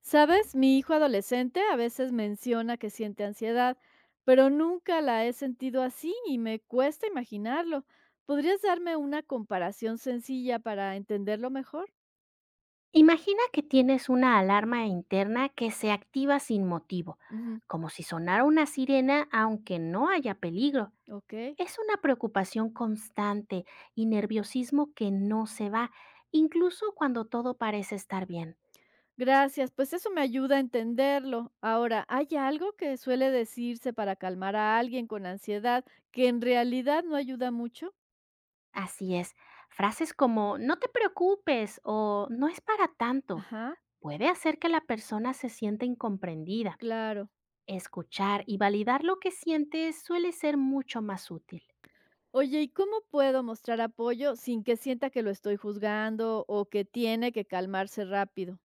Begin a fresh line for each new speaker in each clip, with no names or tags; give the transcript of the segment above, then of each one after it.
¿Sabes? Mi hijo adolescente a veces menciona que siente ansiedad, pero nunca la he sentido así y me cuesta imaginarlo. ¿Podrías darme una comparación sencilla para entenderlo mejor?
Imagina que tienes una alarma interna que se activa sin motivo,
Ujú.
como si sonara una sirena aunque no haya peligro.
Ok.
Es una preocupación constante y nerviosismo que no se va, incluso cuando todo parece estar bien.
Gracias, pues eso me ayuda a entenderlo. Ahora, ¿hay algo que suele decirse para calmar a alguien con ansiedad que en realidad no ayuda mucho?
Así es, frases como no te preocupes o no es para tanto
Ajá,
puede hacer que la persona se sienta incomprendida.
claro.
Escuchar y validar lo que sientes suele ser mucho más útil.
Oye, ¿y cómo puedo mostrar apoyo sin que sienta que lo estoy juzgando o que tiene que calmarse rápido?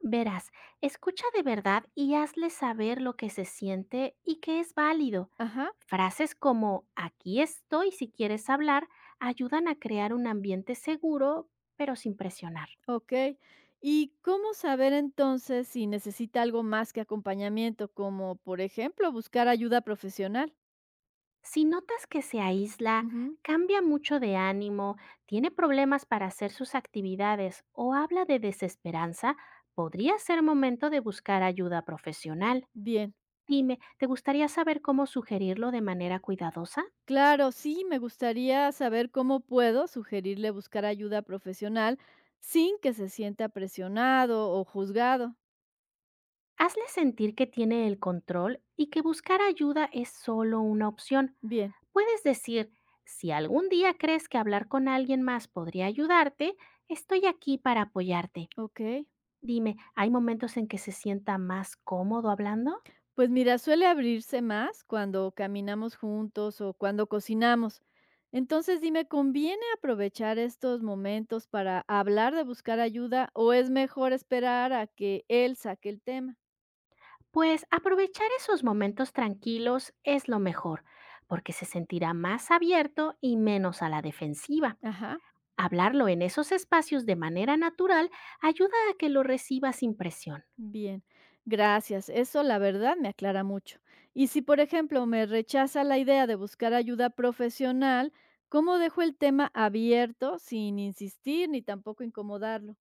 Verás, escucha de verdad y hazle saber lo que se siente y que es válido.
Ajá,
Frases como aquí estoy si quieres hablar ayudan a crear un ambiente seguro, pero sin presionar.
ok. ¿Y cómo saber entonces si necesita algo más que acompañamiento, como por ejemplo buscar ayuda profesional?
Si notas que se aísla,
Ujú.
cambia mucho de ánimo, tiene problemas para hacer sus actividades o habla de desesperanza, podría ser momento de buscar ayuda profesional.
Bien,
Dime, ¿te gustaría saber cómo sugerirlo de manera cuidadosa?
claro, sí, me gustaría saber cómo puedo sugerirle buscar ayuda profesional sin que se sienta presionado o juzgado.
Hazle sentir que tiene el control y que buscar ayuda es solo una opción.
Bien,
Puedes decir, si algún día crees que hablar con alguien más podría ayudarte, estoy aquí para apoyarte.
ok.
Dime, ¿hay momentos en que se sienta más cómodo hablando?
Pues mira, suele abrirse más cuando caminamos juntos o cuando cocinamos. Entonces dime, ¿conviene aprovechar estos momentos para hablar de buscar ayuda o es mejor esperar a que él saque el tema?
Pues aprovechar esos momentos tranquilos es lo mejor, porque se sentirá más abierto y menos a la defensiva.
Ajá,
Hablarlo en esos espacios de manera natural ayuda a que lo reciba sin presión.
bien, gracias. Eso la verdad me aclara mucho. Y si, por ejemplo, me rechaza la idea de buscar ayuda profesional, ¿cómo dejo el tema abierto sin insistir ni tampoco incomodarlo?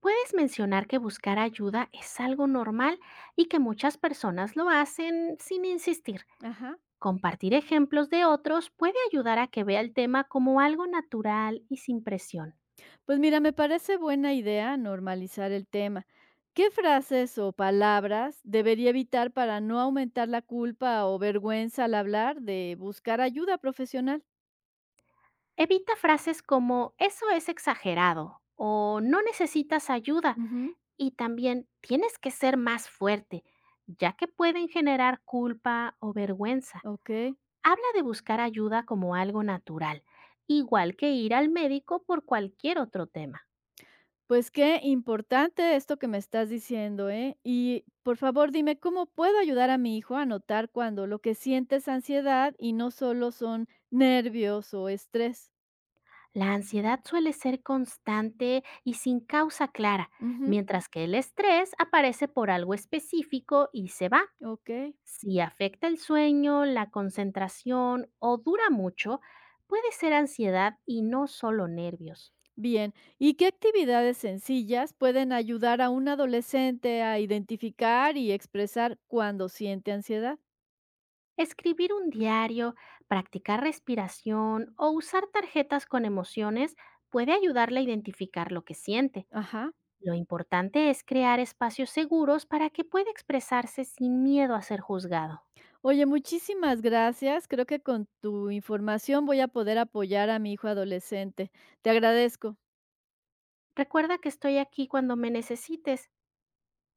Puedes mencionar que buscar ayuda es algo normal y que muchas personas lo hacen sin insistir.
Ajá.
Compartir ejemplos de otros puede ayudar a que vea el tema como algo natural y sin presión.
Pues mira, me parece buena idea normalizar el tema. ¿Qué frases o palabras debería evitar para no aumentar la culpa o vergüenza al hablar de buscar ayuda profesional?
Evita frases como eso es exagerado o no necesitas ayuda
Ujú.
y también tienes que ser más fuerte, ya que pueden generar culpa o vergüenza.
Ok,
Habla de buscar ayuda como algo natural, igual que ir al médico por cualquier otro tema.
pues qué importante esto que me estás diciendo, ¿eh? Y por favor dime, ¿cómo puedo ayudar a mi hijo a notar cuando lo que siente es ansiedad y no solo son nervios o estrés?
La ansiedad suele ser constante y sin causa clara,
Ujú.
mientras que el estrés aparece por algo específico y se va.
Ok.
Si afecta el sueño, la concentración o dura mucho, puede ser ansiedad y no solo nervios.
Bien, ¿y qué actividades sencillas pueden ayudar a un adolescente a identificar y expresar cuando siente ansiedad?
Escribir un diario, practicar respiración o usar tarjetas con emociones puede ayudarle a identificar lo que siente.
Ajá.
Lo importante es crear espacios seguros para que pueda expresarse sin miedo a ser juzgado.
Oye, muchísimas gracias. Creo que con tu información voy a poder apoyar a mi hijo adolescente. Te agradezco.
Recuerda que estoy aquí cuando me necesites.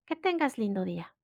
Que tengas lindo día.